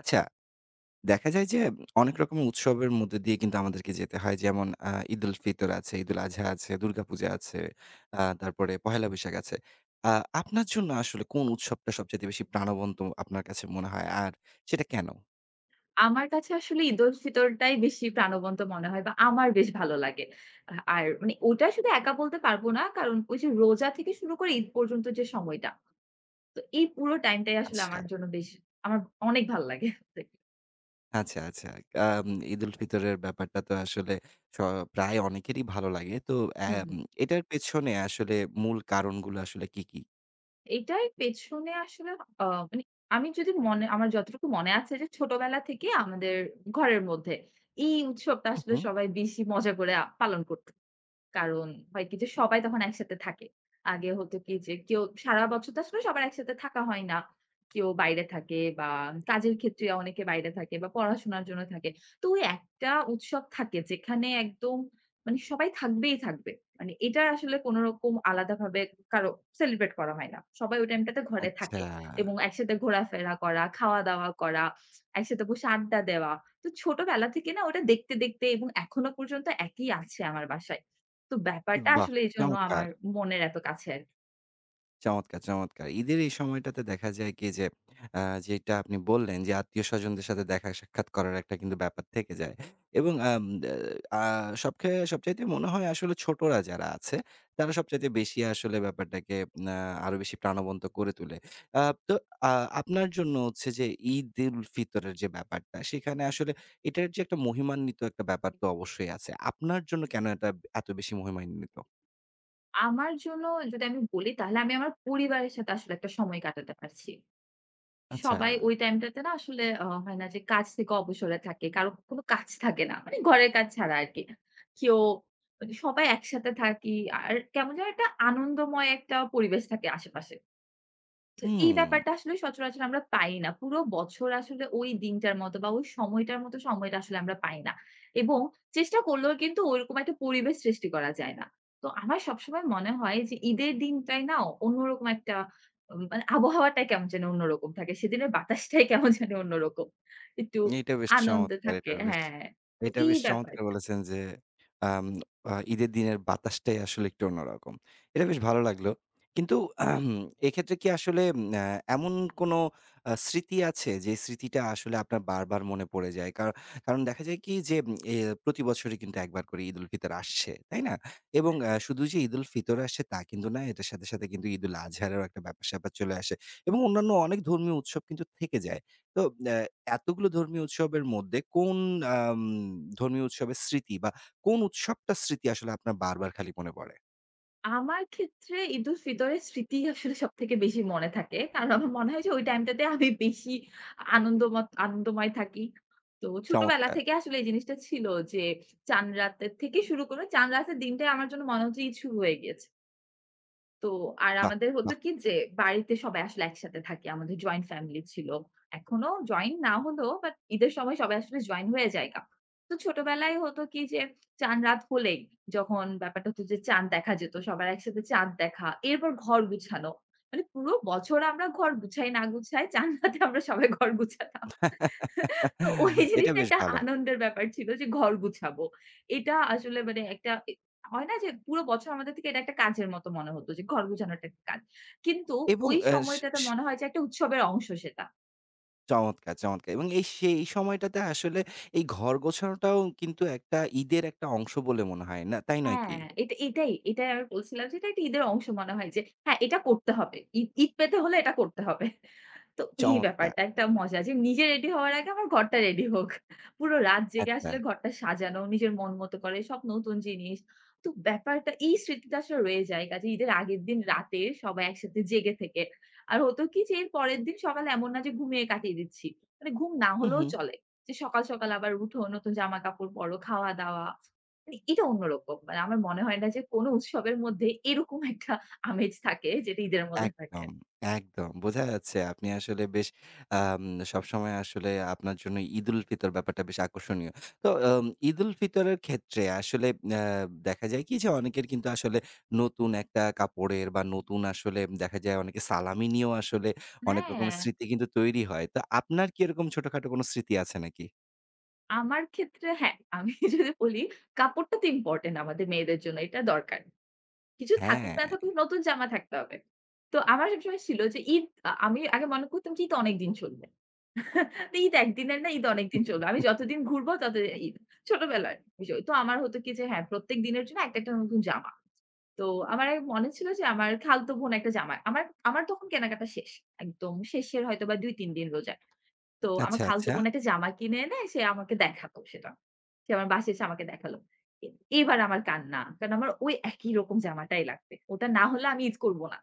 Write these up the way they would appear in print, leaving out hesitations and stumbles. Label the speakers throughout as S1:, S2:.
S1: আচ্ছা, দেখা যায় যে অনেক রকমের উৎসবের মধ্যে দিয়ে কিন্তু আমাদেরকে যেতে হয়। যেমন ঈদুল ফিতর আছে, ঈদুল আজহা আছে, দুর্গাপূজা আছে, তারপরে পহেলা বৈশাখ আছে। আ আপনার জন্য আসলে কোন উৎসবটা সবচাইতে বেশি প্রাণবন্ত আপনার কাছে মনে হয়? আর সেটা কেন?
S2: আমার কাছে আসলে ঈদুল ফিতরটাই বেশি প্রাণবন্ত মনে হয় বা আমার বেশ ভালো লাগে। আর মানে ওটা শুধু একা বলতে পারব না। কারণ ওই যে রোজা থেকে শুরু করে ঈদ পর্যন্ত যে সময়টা। তো এই পুরো টাইমটাই আসলে
S1: আচ্ছা,
S2: আমার জন্য বেশ আমার অনেক ভাল লাগে।
S1: আচ্ছা, আচ্ছা। আম ঈদুল ফিতরের ব্যাপারটা তো আসলে স প্রায় অনেকেরই ভালো লাগে। তো
S2: হুম,
S1: অ্যাম
S2: হুম।
S1: এটার পেছনে আসলে মূল কারণগুলো আসলে কি, কি?
S2: এটার পেছনে আসলে আ মানে আমি যদি মনে আমার যতটুকু মনে আছে যে ছোটবেলা থেকে আমাদের ঘরের মধ্যে এই উৎসবটা আসলে
S1: উহু,
S2: সবাই বেশি মজা করে পালন করত। কারণ হয় কি যে সবাই তখন একসাথে থাকে। আগে হতো কি যে কেউ সারা বছর তো আসলে সবার একসাথে থাকা হয় না। কেউ বাইরে থাকে বা কাজের ক্ষেত্রে অনেকে বাইরে থাকে বা পড়াশোনার জন্য থাকে। তো ওই একটা উৎসব থাকে যেখানে একদম মানে সবাই থাকবেই থাকবে। মানে এটা আসলে কোন রকম আলাদাভাবে কারো সেলিব্রেট করা হয় না। সবাই ওই টাইমটাতে ঘরে
S1: আচ্ছা।
S2: থাকে এবং একসাথে ঘোরাফেরা করা, খাওয়া-দাওয়া করা, একসাথে বসে আড্ডা দেওয়া। তো ছোটবেলা থেকে না ওটা দেখতে, দেখতে এবং এখনো পর্যন্ত একই আছে আমার বাসায়। তো ব্যাপারটা
S1: বাহ!
S2: আসলে এজন্য
S1: চমৎকার।
S2: আমার মনের এত কাছে আরকি।
S1: চমৎকার, চমৎকার। ঈদের এই সময়টাতে দেখা যায় কি যে, আ যেটা আপনি বললেন যে, আত্মীয়স্বজনদের সাথে দেখা সাক্ষাৎ করার একটা কিন্তু ব্যাপার থেকে যায়। এবং আম দে আ সবখে সবচাইতে মনে হয় আসলে ছোটরা যারা আছে, তারা সবচাইতে বেশি আসলে ব্যাপারটাকে আ আরো বেশি প্রাণবন্ত করে তোলে। আ তো আ আপনার জন্য হচ্ছে যে, ঈদ-উল ফিতরের যে ব্যাপারটা, সেখানে আসলে এটার যে একটা মহিমান্বিত একটা ব্যাপার তো অবশ্যই আছে। আপনার জন্য কেন এটা এত বেশি মহিমান্বিত?
S2: আমার জন্য যদি আমি বলি তাহলে আমি আমার পরিবারের সাথে আসলে একটা সময় কাটাতে পারছি।
S1: আচ্ছা।
S2: সবাই ওই টাইমটাতে না আসলে হয় না যে কাজ থেকে অবসরে থাকে। কারো কোনো কাজ থাকে না। মানে ঘরের কাজ ছাড়া আরকি। কেউ মানে সবাই একসাথে থাকি। আর কেমন যেন একটা আনন্দময় একটা পরিবেশ থাকে আশেপাশে। তো এই
S1: হুম।
S2: ব্যাপারটা আসলে সচরাচর আমরা পাই না। পুরো বছর আসলে ওই দিনটার মতো বা ওই সময়টার মতো সময়টা আসলে আমরা পাই না। এবং চেষ্টা করলেও কিন্তু ওইরকম একটা পরিবেশ সৃষ্টি করা যায় না। তো আমার সবসময় মনে হয় যে ঈদের দিনটাই না অন্যরকম একটা মানে আবহাওয়াটাই কেমন যেন অন্যরকম থাকে। সেদিনের বাতাসটাই কেমন যেন অন্যরকম। একটু
S1: এইটা বেশ
S2: আনন্দ
S1: চমৎকার! এটা
S2: থাকে
S1: বেশ
S2: হ্যাঁ, তো
S1: এটা
S2: এই
S1: বেশ
S2: ব্যাপার
S1: চমৎকার বলেছেন যে, আম আ ঈদের দিনের বাতাসটাই আসলে একটু অন্যরকম। এটা বেশ ভালো লাগলো। কিন্তু আহম, এক্ষেত্রে কি আসলে আ এমন কোনো স্মৃতি আছে যে স্মৃতিটা আসলে আপনার বারবার মনে পড়ে যায়? কারণ দেখা যায় কি যে, উম, এ প্রতি বছরই কিন্তু ১ বার করে ঈদুল ফিতর আসছে, তাই না? এবং শুধু যে ঈদুল ফিতর আসছে তা কিন্তু না, এটার সাথে কিন্তু ঈদুল আজহারেরও একটা ব্যাপার-স্যাপার চলে আসে এবং অন্যান্য অনেক ধর্মীয় উৎসব কিন্তু থেকে যায়। তো এতগুলো ধর্মীয় উৎসবের মধ্যে কোন আম ধর্মীয় উৎসবের স্মৃতি বা কোন উৎসবটার স্মৃতি আসলে আপনার বারবার খালি মনে পড়ে?
S2: আমার ক্ষেত্রে ঈদুল ফিতরের স্মৃতি আসলে সবথেকে বেশি মনে থাকে। কারণ আমার মনে হয় যে ওই টাইমটাতে আমি বেশি আনন্দময় থাকি। তো ছোটবেলা
S1: চমৎকার!
S2: থেকে আসলে এই জিনিসটা ছিল যে চাঁদ রাতের থেকে শুরু করে চাঁদ রাতের দিনটাই আমার জন্য মনে হচ্ছে ঈদ শুরু হয়ে গিয়েছে। তো আর
S1: বাহ!
S2: আমাদের হতো
S1: বাহ!
S2: কি যে বাড়িতে সবাই আসলে একসাথে থাকি। আমাদের জয়েন্ট ফ্যামিলি ছিল। এখনো জয়েন না হলেও বাট ঈদের সময় সবাই আসলে জয়েন হয়ে যায়গা। তো ছোটবেলায় হতো কি যে চাঁদ-রাত হলেই যখন ব্যাপারটা হতো যে চাঁদ দেখা যেত, সবার একসাথে চাঁদ দেখা, এরপর ঘর গুছানো। মানে পুরো বছর আমরা ঘর গুছাই না গুছাই চাঁদ রাতে আমরা সবাই ঘর গুছাতাম। তো ওই
S1: এটা
S2: জিনিসটা
S1: বেশ
S2: একটা
S1: ভালো।
S2: আনন্দের ব্যাপার ছিল যে ঘর গুছাবো। এটা আসলে মানে একটা হয় না যে পুরো বছর আমাদের থেকে এটা একটা কাজের মতো মনে হতো যে ঘর গুছানো একটা কাজ। কিন্তু
S1: এবং
S2: ওই
S1: অ্যা স
S2: সময়টাতে
S1: স
S2: মনে হয় যে একটা উৎসবের অংশ সেটা।
S1: চমৎকার, চমৎকার! এবং এই সেই সময়টাতে আসলে এই ঘর গোছানোটাও কিন্তু একটা ঈদের একটা অংশ বলে মনে হয়। না তাই নয়
S2: হ্যাঁ,
S1: কি?
S2: এটাই আমি বলছিলাম যে এটা একটা ঈদের অংশ মনে হয় যে হ্যাঁ, এটা করতে হবে। ঈদ ঈদ পেতে হলে এটা করতে হবে। তো এই
S1: চমৎকার!
S2: ব্যাপারটা একটা মজা যে নিজে রেডি হওয়ার আগে আমার ঘরটা রেডি হোক। পুরো রাত জেগে
S1: আচ্ছা।
S2: আসলে ঘরটা সাজানো, নিজের মন মতো করে সব নতুন জিনিস। তো ব্যাপারটা এই স্মৃতিটা আসলে রয়ে যায়। কাজে ঈদের আগের দিন রাতে সবাই একসাথে জেগে থেকে। আর হতো কি যে এর পরের দিন সকালে এমন না যে ঘুমিয়ে কাটিয়ে দিচ্ছি। মানে ঘুম না
S1: হু,
S2: হলেও
S1: হু।
S2: চলে। যে সকাল, সকাল আবার উঠো, নতুন জামা-কাপড় পরো, খাওয়া-দাওয়া। মানে এটা অন্যরকম। মানে আমার মনে হয় না যে কোনো উৎসবের মধ্যে এরকম একটা আমেজ থাকে যেটা ঈদের মধ্যে থাকে।
S1: একদম, একদম। বোঝা যাচ্ছে আপনি আসলে বেশ আম সবসময় আসলে আপনার জন্য ঈদুল ফিতর ব্যাপারটা বেশ আকর্ষণীয়। তো ঈদুল ফিতরের ক্ষেত্রে আসলে আ দেখা যায় কি যে অনেকের কিন্তু আসলে নতুন একটা কাপড়ের বা নতুন আসলে দেখা যায় অনেকে সালামি নিয়েও আসলে অনেক রকমের
S2: হ্যাঁ।
S1: স্মৃতি কিন্তু তৈরি হয়। তো আপনার কি এরকম ছোটখাটো কোনো স্মৃতি আছে নাকি?
S2: আমার ক্ষেত্রে হ্যাঁ, আমি যদি বলি কাপড়টা তো ইম্পোর্টেন্ট আমাদের মেয়েদের জন্য। এটা দরকার। কিছু থাকুক
S1: হ্যাঁ।
S2: না থাকুক নতুন জামা থাকতে হবে। তো আমার সবসময় ছিল যে ঈদ আমি আগে মনে করতাম যে ঈদ অনেকদিন চলবে। তো ঈদ একদিনের না ঈদ অনেকদিন চলবে। আমি যতদিন ঘুরবো ততদিন ঈদ। ছোটবেলার বিষয়। তো আমার হতো কি যে হ্যাঁ, প্রত্যেক দিনের জন্য একটা, একটা নতুন জামা। তো আমার এক মনে ছিল যে আমার খালাতো বোন একটা জামা। আমার তখন কেনাকাটা শেষ। একদম শেষের হয়তোবা ২-৩ দিন রোজার। তো আমার
S1: আচ্ছা,
S2: খালাতো
S1: আচ্ছা।
S2: বোন একটা জামা কিনে এনে সে আমাকে দেখাতো সেটা। সে আমার বাসায় এসে আমাকে দেখালো। এ এবার আমার কান্না। কারণ আমার ওই একই রকম জামাটাই লাগবে। ওটা না হলে আমি ঈদ করব না।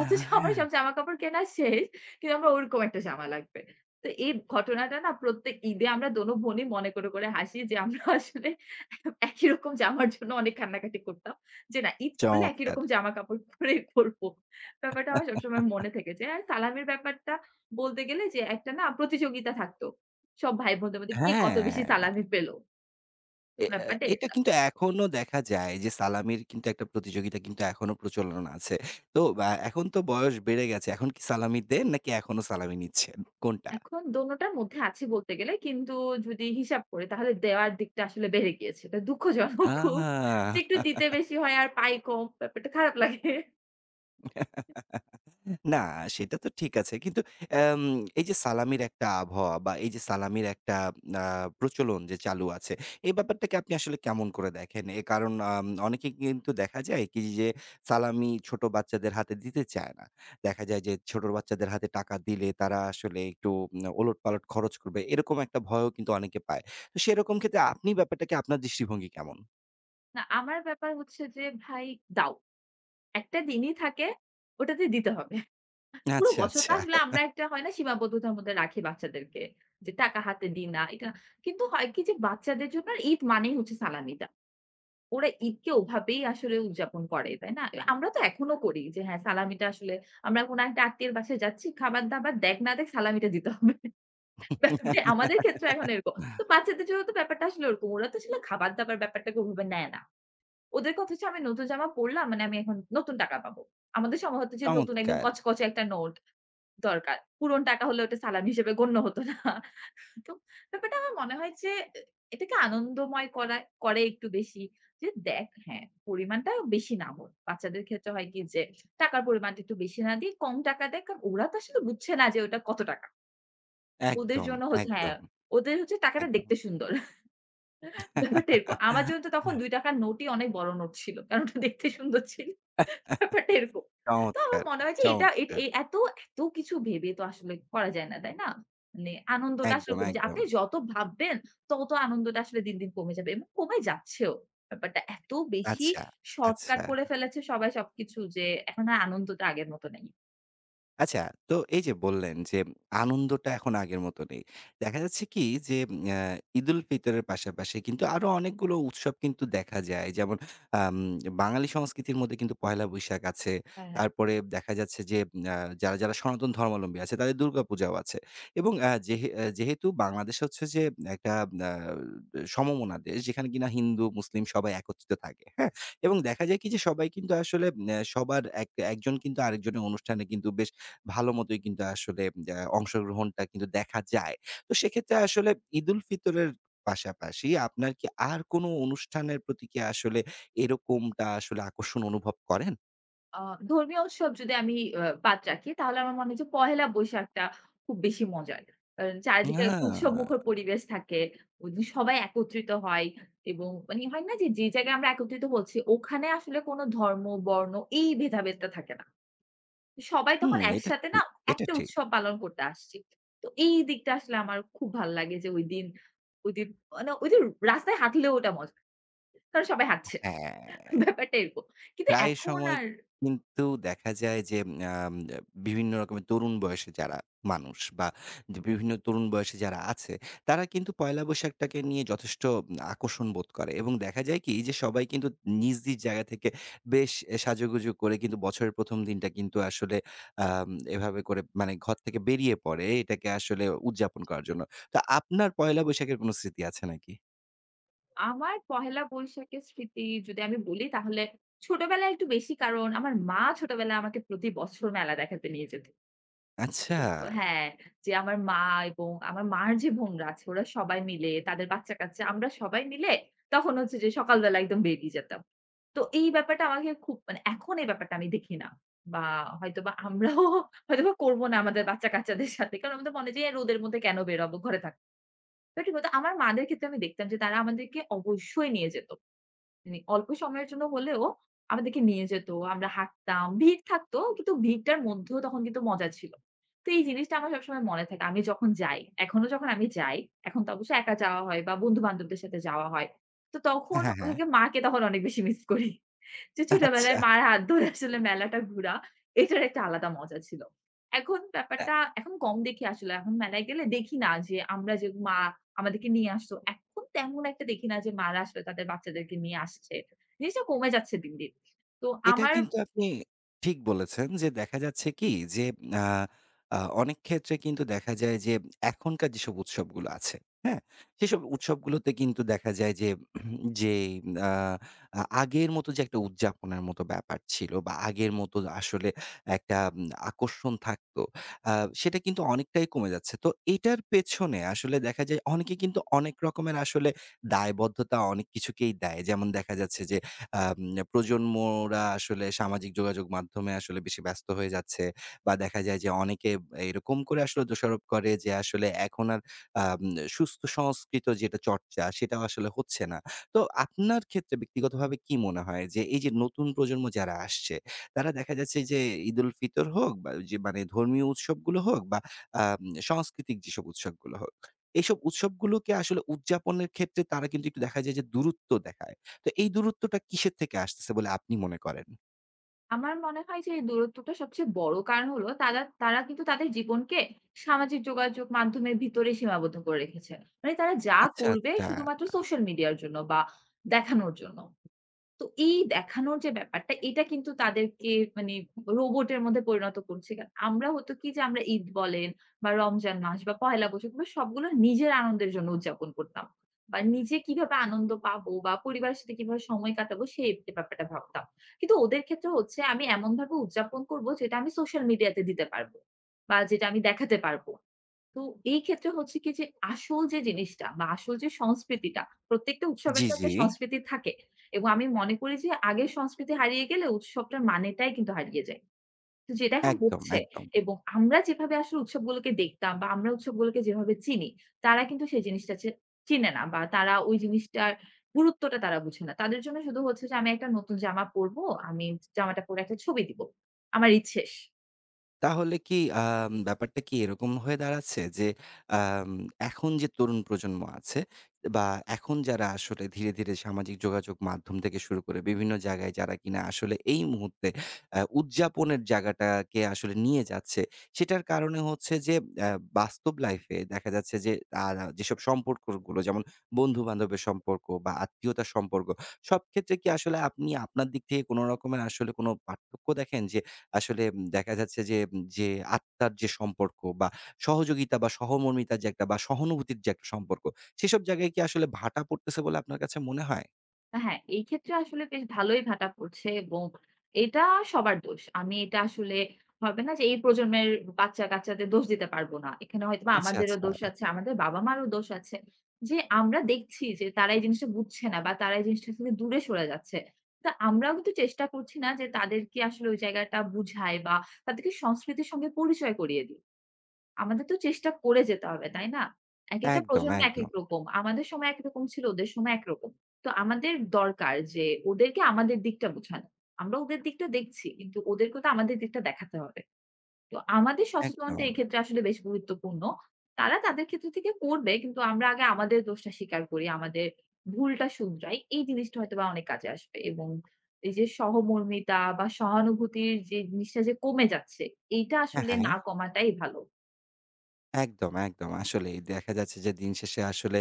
S2: অথচ আমার সব জামাকাপড় কেনা শেষ। কিন্তু আমার ওরকম একটা জামা লাগবে। তো এই ঘটনাটা না প্রত্যেক ঈদে আমরা দোনো বোনই মনে করে, করে হাসি যে আমরা আসলে একই রকম জামার জন্য অনেক কান্নাকাটি করতাম। যে না ঈদ করলে একই
S1: চমৎকার।
S2: রকম জামাকাপড় পরে করব। ব্যাপারটা আমার সবসময় মনে থেকেছে। আর সালামের ব্যাপারটা বলতে গেলে যে একটা না প্রতিযোগিতা থাকতো। সব ভাই-বোনদের মধ্যে কে কত বেশি
S1: হ্যাঁ।
S2: সালামি পেল। তো
S1: এ আ
S2: ব্যাপারটা
S1: এটা
S2: এটা।
S1: কিন্তু এখনো দেখা যায় যে সালামির কিন্তু একটা প্রতিযোগিতা কিন্তু এখনো প্রচলন আছে। তো এখন তো বয়স বেড়ে গেছে। এখন কি সালামি দেন নাকি এখনো সালামি নিচ্ছেন? কোনটা?
S2: এখন দোনোটার মধ্যে আছি বলতে গেলে। কিন্তু যদি হিসাব করি তাহলে দেওয়ার দিকটা আসলে বেড়ে গিয়েছে। এটা দুঃখজনক খুব। যে
S1: আ!
S2: একটু দিতে বেশি হয় আর পাই কম। ব্যাপারটা খারাপ লাগে।
S1: না, সেটা তো ঠিক আছে। কিন্তু অ্যাম এই যে সালামির একটা আবহাওয়া বা এই যে সালামির একটা আ প্রচলন যে চালু আছে, এই ব্যাপারটাকে আপনি আসলে কেমন করে দেখেন? কারণ অনেকে কিন্তু দেখা যায় কি যে সালামি ছোট বাচ্চাদের হাতে দিতে চায় না। দেখা যায় যে ছোট বাচ্চাদের হাতে টাকা দিলে তারা আসলে একটু ওলটপালট খরচ করবে। এরকম একটা ভয়ও কিন্তু অনেকে পায়। তো সেরকম ক্ষেত্রে আপনি ব্যাপারটাকে আপনার দৃষ্টিভঙ্গি কেমন?
S2: না আমার ব্যাপার হচ্ছে যে ভাই দাও। একটা দিনই থাকে ওটাতে দিতে হবে। পুরো
S1: আচ্ছা,
S2: বছরটা
S1: আচ্ছা।
S2: আসলে আমরা একটা হয় না সীমাবদ্ধতার মধ্যে রাখি বাচ্চাদেরকে। যে টাকা হাতে দিই না। এটা কিন্তু হয় কি যে বাচ্চাদের জন্য ঈদ মানেই হচ্ছে সালামি। ওরা ঈদকে ওভাবেই আসলে উদযাপন করে, তাই না? আমরা তো এখনো করি যে হ্যাঁ, সালামিটা আসলে আমরা কোন একটা আত্মীয়ের বাসায় যাচ্ছি, খাবার-দাবার দেখ না দেখ সালামিটা দিতে হবে। ব্যাপারটা আমাদের ক্ষেত্রে এখন এরকম। তো বাচ্চাদের জন্য তো ব্যাপারটা আসলে ওরকম। ওরা তো আসলে খাবার-দাবার ব্যাপারটাকে ওভাবে নেয় না। ওদের কথা হচ্ছে আমি নতুন জামা পড়লাম মানে আমি এখন নতুন টাকা পাবো। আমাদের সময় হতো যে নতুন একদম
S1: চমৎকার!
S2: কচকচে একটা নোট দরকার। পুরনো টাকা হলে ওটা সালামি হিসেবে গণ্য হতো না। তো ব্যাপারটা আমার মনে হয় যে এ এটাকে আনন্দময় করা করে একটু বেশি। যে দেখ হ্যাঁ, পরিমাণটা বেশি না হোক। বাচ্চাদের ক্ষেত্রে হয় কি যে টাকার পরিমাণটা একটু বেশি না দিয়ে কম টাকা দেখ। কারণ ওরা তো আসলে বুঝছে না যে ওটা কত টাকা। ওদের
S1: একদম,
S2: জন্য হচ্ছে হ্যাঁ,
S1: একদম,
S2: ওদের হচ্ছে টাকাটা
S1: একদম।
S2: দেখতে সুন্দর। ব্যাপারটা এরকম। আমার জন্য তো তখন ৳২ র নোটই অনেক বড় নোট ছিল। কারণ ওটা দেখতে সুন্দর ছিল। ব্যাপারটা এরকম। তো আমার
S1: চমৎকার,
S2: মনে হয় যে এটা এট
S1: চমৎকার।
S2: এ এত, এত কিছু ভেবে তো আসলে করা যায় না, তাই না? মানে আনন্দটা আসলে
S1: একদম,
S2: কমে যায়।
S1: একদম।
S2: আপনি যত ভাববেন তত আনন্দটা আসলে দিন, দিন কমে যাবে এবং কমে যাচ্ছেও। ব্যাপারটা এত বেশি
S1: আচ্ছা,
S2: শর্টকাট
S1: আচ্ছা।
S2: করে ফেলেছে সবাই সবকিছু যে এখন আর আনন্দটা আগের মত নেই।
S1: আচ্ছা, তো এই যে বললেন যে আনন্দটা এখন আগের মতো নেই। দেখা যাচ্ছে কি যে আ ঈদুল ফিতরের পাশাপাশি কিন্তু আরো অনেকগুলো উৎসব কিন্তু দেখা যায়। যেমন আম বাঙালি সংস্কৃতির মধ্যে কিন্তু পহেলা বৈশাখ আছে।
S2: হ্যাঁ।
S1: তারপরে দেখা যাচ্ছে যে আ যারা সনাতন ধর্মাবলম্বী আছে তাদের দুর্গাপূজাও আছে। এবং যেহেতু বাংলাদেশ হচ্ছে যে একটা আ সমমনা দেশ যেখানে কিনা হিন্দু, মুসলিম সবাই একত্রিত থাকে। হ্যাঁ? এবং দেখা যায় কি যে সবাই কিন্তু আসলে সবার এক একজন কিন্তু আরেকজনের অনুষ্ঠানে কিন্তু বেশ ভালো মতোই কিন্তু আসলে অংশগ্রহণটা কিন্তু দেখা যায়। তো সেক্ষেত্রে আসলে ঈদুল ফিতরের পাশাপাশি আপনার কি আর কোনো অনুষ্ঠানের প্রতি কি আসলে এরকমটা আসলে আকর্ষণ অনুভব করেন?
S2: আ ধর্মীয় উৎসব যদি আমি বাদ রাখি, তাহলে আমার মনে হয় যে পহেলা বৈশাখটা খুব বেশি মজার। কারণ
S1: আ
S2: চারিদিকে একটা উৎসবমুখর পরিবেশ থাকে। ওইদিন সবাই একত্রিত হয় এবং মানে হয় না যে, যে জায়গায় আমরা একত্রিত হচ্ছি, ওখানে আসলে কোনো ধর্ম, বর্ণ এই ভেদাভেদটা থাকে না। সবাই
S1: হুম,
S2: তখন
S1: এটা
S2: একসাথে না
S1: ঠিক, এটা
S2: একটা
S1: ঠিক।
S2: উৎসব পালন করতে আসছি। তো এই দিকটা আসলে আমার খুব ভাল লাগে যে ওইদিন, ওইদিন মানে ওইদিন রাস্তায় হাঁটলেও ওটা মজা। কারণ সবাই হাঁটছে।
S1: হ্যাঁ।
S2: ব্যাপারটা এরকম। কিন্তু
S1: প্রায়
S2: এখন
S1: সময়
S2: আর
S1: কিন্তু দেখা যায় যে আম বিভিন্ন রকমের তরুণ বয়সে যারা মানুষ বা যে বিভিন্ন তরুণ বয়সে যারা আছে, তারা কিন্তু পয়লা বৈশাখটাকে নিয়ে যথেষ্ট আকর্ষণ বোধ করে এবং দেখা যায় কি যে সবাই কিন্তু নিজ, নিজ জায়গা থেকে বেশ সাজুগুজু করে কিন্তু বছরের ১ম দিনটা কিন্তু আসলে আম এভাবে করে মানে ঘর থেকে বেরিয়ে পড়ে এটাকে আসলে উদযাপন করার জন্য। তো আপনার পয়লা বৈশাখের কোনো স্মৃতি আছে নাকি?
S2: আমার পহেলা বৈশাখের স্মৃতি যদি আমি বলি তাহলে ছোটবেলায় একটু বেশি কারণ আমার মা ছোটবেলায় আমাকে প্রতি বছর মেলা দেখাতে নিয়ে যেত।
S1: আচ্ছা।
S2: তো হ্যাঁ, যে আমার মা এবং আমার মার যে বোনরা আছে ওরা সবাই মিলে তাদের বাচ্চা-কাচ্চা আমরা সবাই মিলে তখন হচ্ছে যে সকালবেলা একদম বেরিয়ে যেতাম। তো এই ব্যাপারটা আমাকে খুব মানে এখন এই ব্যাপারটা আমি দেখি না। বা হয়তোবা আমরাও হয়তোবা করব না আমাদের বাচ্চা-কাচ্চাদের সাথে। কারণ আমাদের মনে যে রোদের মধ্যে কেন বেরোবো ঘরে থাক। বাট কিন্তু আমার মাদের ক্ষেত্রে আমি দেখতাম যে তারা আমাদেরকে অবশ্যই নিয়ে যেত। মানে অল্প সময়ের জন্য হলেও আমাদেরকে নিয়ে যেত। আমরা হাঁটতাম। ভিড় থাকতো কিন্তু ভিড়টার মধ্যেও তখন কিন্তু মজা ছিল। তো এই জিনিসটা আমার সবসময় মনে থাকে। আমি যখন যাই, এখনো যখন আমি যাই, এখন তো অবশ্য একা যাওয়া হয় বা বন্ধু-বান্ধবদের সাথে যাওয়া হয়। তো
S1: হ্যাঁ,
S2: তখন
S1: হ্যাঁ, হ্যাঁ।
S2: ওকে মাকে তখন অনেক বেশি মিস করি। যে
S1: আচ্ছা।
S2: ছোটবেলায় মার হাত ধরে আসলে মেলাটা ঘুরা, এটার একটা আলাদা মজা ছিল। এখন ব্যাপারটা এখন কম দেখি আসলে। এখন মেলায় গেলে দেখি না যে আমরা যে মা আমাদেরকে নিয়ে আসতো। এখন তেমন একটা দেখি না যে মারা আসলে তাদের বাচ্চাদেরকে নিয়ে আসছে। জিনিসটা কমে যাচ্ছে দিন, দিন। তো
S1: এটা
S2: আমার
S1: কিন্তু আপনি ঠিক বলেছেন যে দেখা যাচ্ছে কি যে আ আ অনেক ক্ষেত্রে কিন্তু দেখা যায় যে এখনকার যেসব উৎসবগুলো আছে, হ্যাঁ? সেসব উৎসবগুলোতে কিন্তু দেখা যায় যে, যে আ আ আগের মতো যে একটা উদযাপনের মতো ব্যাপার ছিল বা আগের মতো আসলে একটা আকর্ষণ থাকতো, আ সেটা কিন্তু অনেকটাই কমে যাচ্ছে। তো এটার পেছনে আসলে দেখা যায় অনেকে কিন্তু অনেক রকমের আসলে দায়বদ্ধতা অনেক কিছুকেই দেয়। যেমন দেখা যাচ্ছে যে আম প্রজন্মরা আসলে সামাজিক যোগাযোগ মাধ্যমে আসলে বেশি ব্যস্ত হয়ে যাচ্ছে বা দেখা যায় যে অনেকে এরকম করে আসলে দোষারোপ করে যে আসলে এখন আর আম সুস্থ সংস্কৃত যেটা চর্চা সেটাও আসলে হচ্ছে না। তো আপনার ক্ষেত্রে ব্যক্তিগতভাবে কি মনে হয় যে এই যে নতুন প্রজন্ম যারা আসছে তারা দেখা যাচ্ছে যে ঈদুল ফিতর হোক বা যে মানে ধর্মীয় উৎসবগুলো হোক বা আম সাংস্কৃতিক যেসব উৎসবগুলো হোক, এইসব উৎসবগুলোকে আসলে উদযাপনের ক্ষেত্রে তারা কিন্তু একটু দেখা যায় যে দূরত্ব দেখায়। তো এই দূরত্বটা কিসের থেকে আসতেছে বলে আপনি মনে করেন?
S2: আমার মনে হয় যে এই দূরত্বটা সবচেয়ে বড় কারণ হলো তারা তারা কিন্তু তাদের জীবনকে সামাজিক যোগাযোগ মাধ্যমের ভিতরে সীমাবদ্ধ করে রেখেছে। মানে তারা যা
S1: আচ্ছা, আচ্ছা।
S2: করবে
S1: তা
S2: শুধুমাত্র সোশ্যাল মিডিয়ার জন্য বা দেখানোর জন্য। তো এই দেখানোর যে ব্যাপারটা, এটা কিন্তু তাদেরকে মানে রোবটের মধ্যে পরিণত করছে। কারণ আমরা হতো কি যে আমরা ঈদ বলেন বা রমজান মাস বা পহেলা বৈশাখ এগুলো সবগুলো নিজের আনন্দের জন্য উদযাপন করতাম। বা নিজে কিভাবে আনন্দ পাবো বা পরিবারের সাথে কিভাবে সময় কাটাবো সেই ব্যাপারটা ভাবতাম। কিন্তু ওদের ক্ষেত্রে হচ্ছে আমি এমনভাবে উদযাপন করব যেটা আমি সোশ্যাল মিডিয়াতে দিতে পারব। বা যেটা আমি দেখাতে পারব। তো এই ক্ষেত্রে হচ্ছে কি যে আসল যে জিনিসটা বা আসল যে সংস্কৃতিটা, প্রত্যেকটা উৎসবের
S1: জি,
S2: তো
S1: জি।
S2: একটা সংস্কৃতি থাকে। এবং আমি মনে করি যে আগের সংস্কৃতি হারিয়ে গেলে উৎসবটার মানেটাই কিন্তু হারিয়ে যায়। তো যেটা এখন
S1: একদম,
S2: হচ্ছে
S1: একদম।
S2: এবং আমরা যেভাবে আসলে উৎসবগুলোকে দেখতাম বা আমরা উৎসবগুলোকে যেভাবে চিনি, তারা কিন্তু সেই জিনিসটা চিনে না বা তারা ওই জিনিসটার গুরুত্বটা তারা বুঝে না। তাদের জন্য শুধু হচ্ছে যে আমি একটা নতুন জামা পরবো, আমি জামাটা পরে একটা ছবি দিব। আমার ঈদ শেষ।
S1: তাহলে কি ব্যাপারটা কি এরকম হয়ে দাঁড়াচ্ছে যে, আম এখন যে তরুণ প্রজন্ম আছে বা এখন যারা আসলে ধীরে, ধীরে সামাজিক যোগাযোগ মাধ্যম থেকে শুরু করে বিভিন্ন জায়গায় যারা কিনা আসলে এই মুহূর্তে উদযাপনের জায়গাটাকে আসলে নিয়ে যাচ্ছে, সেটার কারণে হচ্ছে যে আ বাস্তব লাইফে দেখা যাচ্ছে যে তারা যেসব সম্পর্কগুলো যেমন বন্ধু-বান্ধবের সম্পর্ক বা আত্মীয়তার সম্পর্ক, সব ক্ষেত্রে কি আসলে আপনি আপনার দিক থেকে কোন রকমের আসলে কোন পার্থক্য দেখেন যে আসলে দেখা যাচ্ছে যে, যে আত্মার যে সম্পর্ক বা সহযোগিতা বা সহমর্মিতার যে একটা বা সহানুভূতির যে একটা সম্পর্ক, সেসব জায়গায় কি আসলে ভাটা পড়তেছে বলে আপনার কাছে মনে হয়?
S2: হ্যাঁ, এই ক্ষেত্রে আসলে বেশ ভালোই ভাটা পড়ছে এবং এটা সবার দোষ। আমি এটা আসলে হবে না যে এই প্রজন্মের বাচ্চা-কাচ্চাদের দোষ দিতে পারব না। এখানে হয়তোবা
S1: আচ্ছা,
S2: আমাদেরও
S1: আচ্ছা।
S2: দোষ আছে, আমাদের বাবা-মারও দোষ আছে। যে আমরা দেখছি যে তারা এই জিনিসটা বুঝছে না বা তারা এই জিনিসটা থেকে দূরে সরে যাচ্ছে। তা আমরাও কিন্তু চেষ্টা করছি না যে তাদেরকে আসলে ওই জায়গাটা বুঝাই বা তাদেরকে সংস্কৃতির সঙ্গে পরিচয় করিয়ে দিই। আমাদের তো চেষ্টা করে যেতে হবে, তাই না? একেকটা
S1: একদম,
S2: প্রজন্ম একেক
S1: একদম,
S2: রকম। আমাদের সময় একরকম ছিল, ওদের সময় একরকম। তো আমাদের দরকার যে ওদেরকে আমাদের দিকটা বোঝানো। আমরা ওদের দিকটা দেখছি, কিন্তু ওদেরকেও তো আমাদের দিকটা দেখাতে হবে। তো আমাদের সচেতনতা
S1: একদম।
S2: এক্ষেত্রে আসলে বেশ গুরুত্বপূর্ণ। তারা তাদের ক্ষেত্র থেকে করবে, কিন্তু আমরা আগে আমাদের দোষটা স্বীকার করি, আমাদের ভুলটা শুধরাই। এই জিনিসটা হয়তোবা অনেক কাজে আসবে এবং এই যে সহমর্মিতা বা সহানুভূতির যে জিনিসটা যে কমে যাচ্ছে, এইটা
S1: হ্যাঁ,
S2: আসলে
S1: হ্যাঁ।
S2: না কমাটাই ভালো।
S1: একদম, একদম। আসলেই দেখা যাচ্ছে যে দিন শেষে আসলে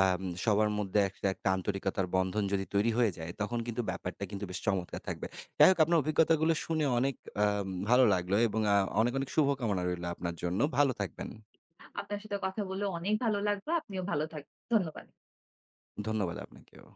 S1: সবার মধ্যে একটা আন্তরিকতার বন্ধন যদি তৈরি হয়ে যায়, তখন কিন্তু ব্যাপারটা কিন্তু বেশ চমৎকার থাকবে। যাই হোক আপনার অভিজ্ঞতাগুলো শুনে অনেক ভালো লাগলো এবং অনেক, অনেক শুভকামনা রইলো আপনার জন্য। ভালো থাকবেন।
S2: আপনার সাথে কথা বলে অনেক ভালো লাগলো। আপনিও ভালো থাকবেন। ধন্যবাদ।
S1: ধন্যবাদ আপনাকেও।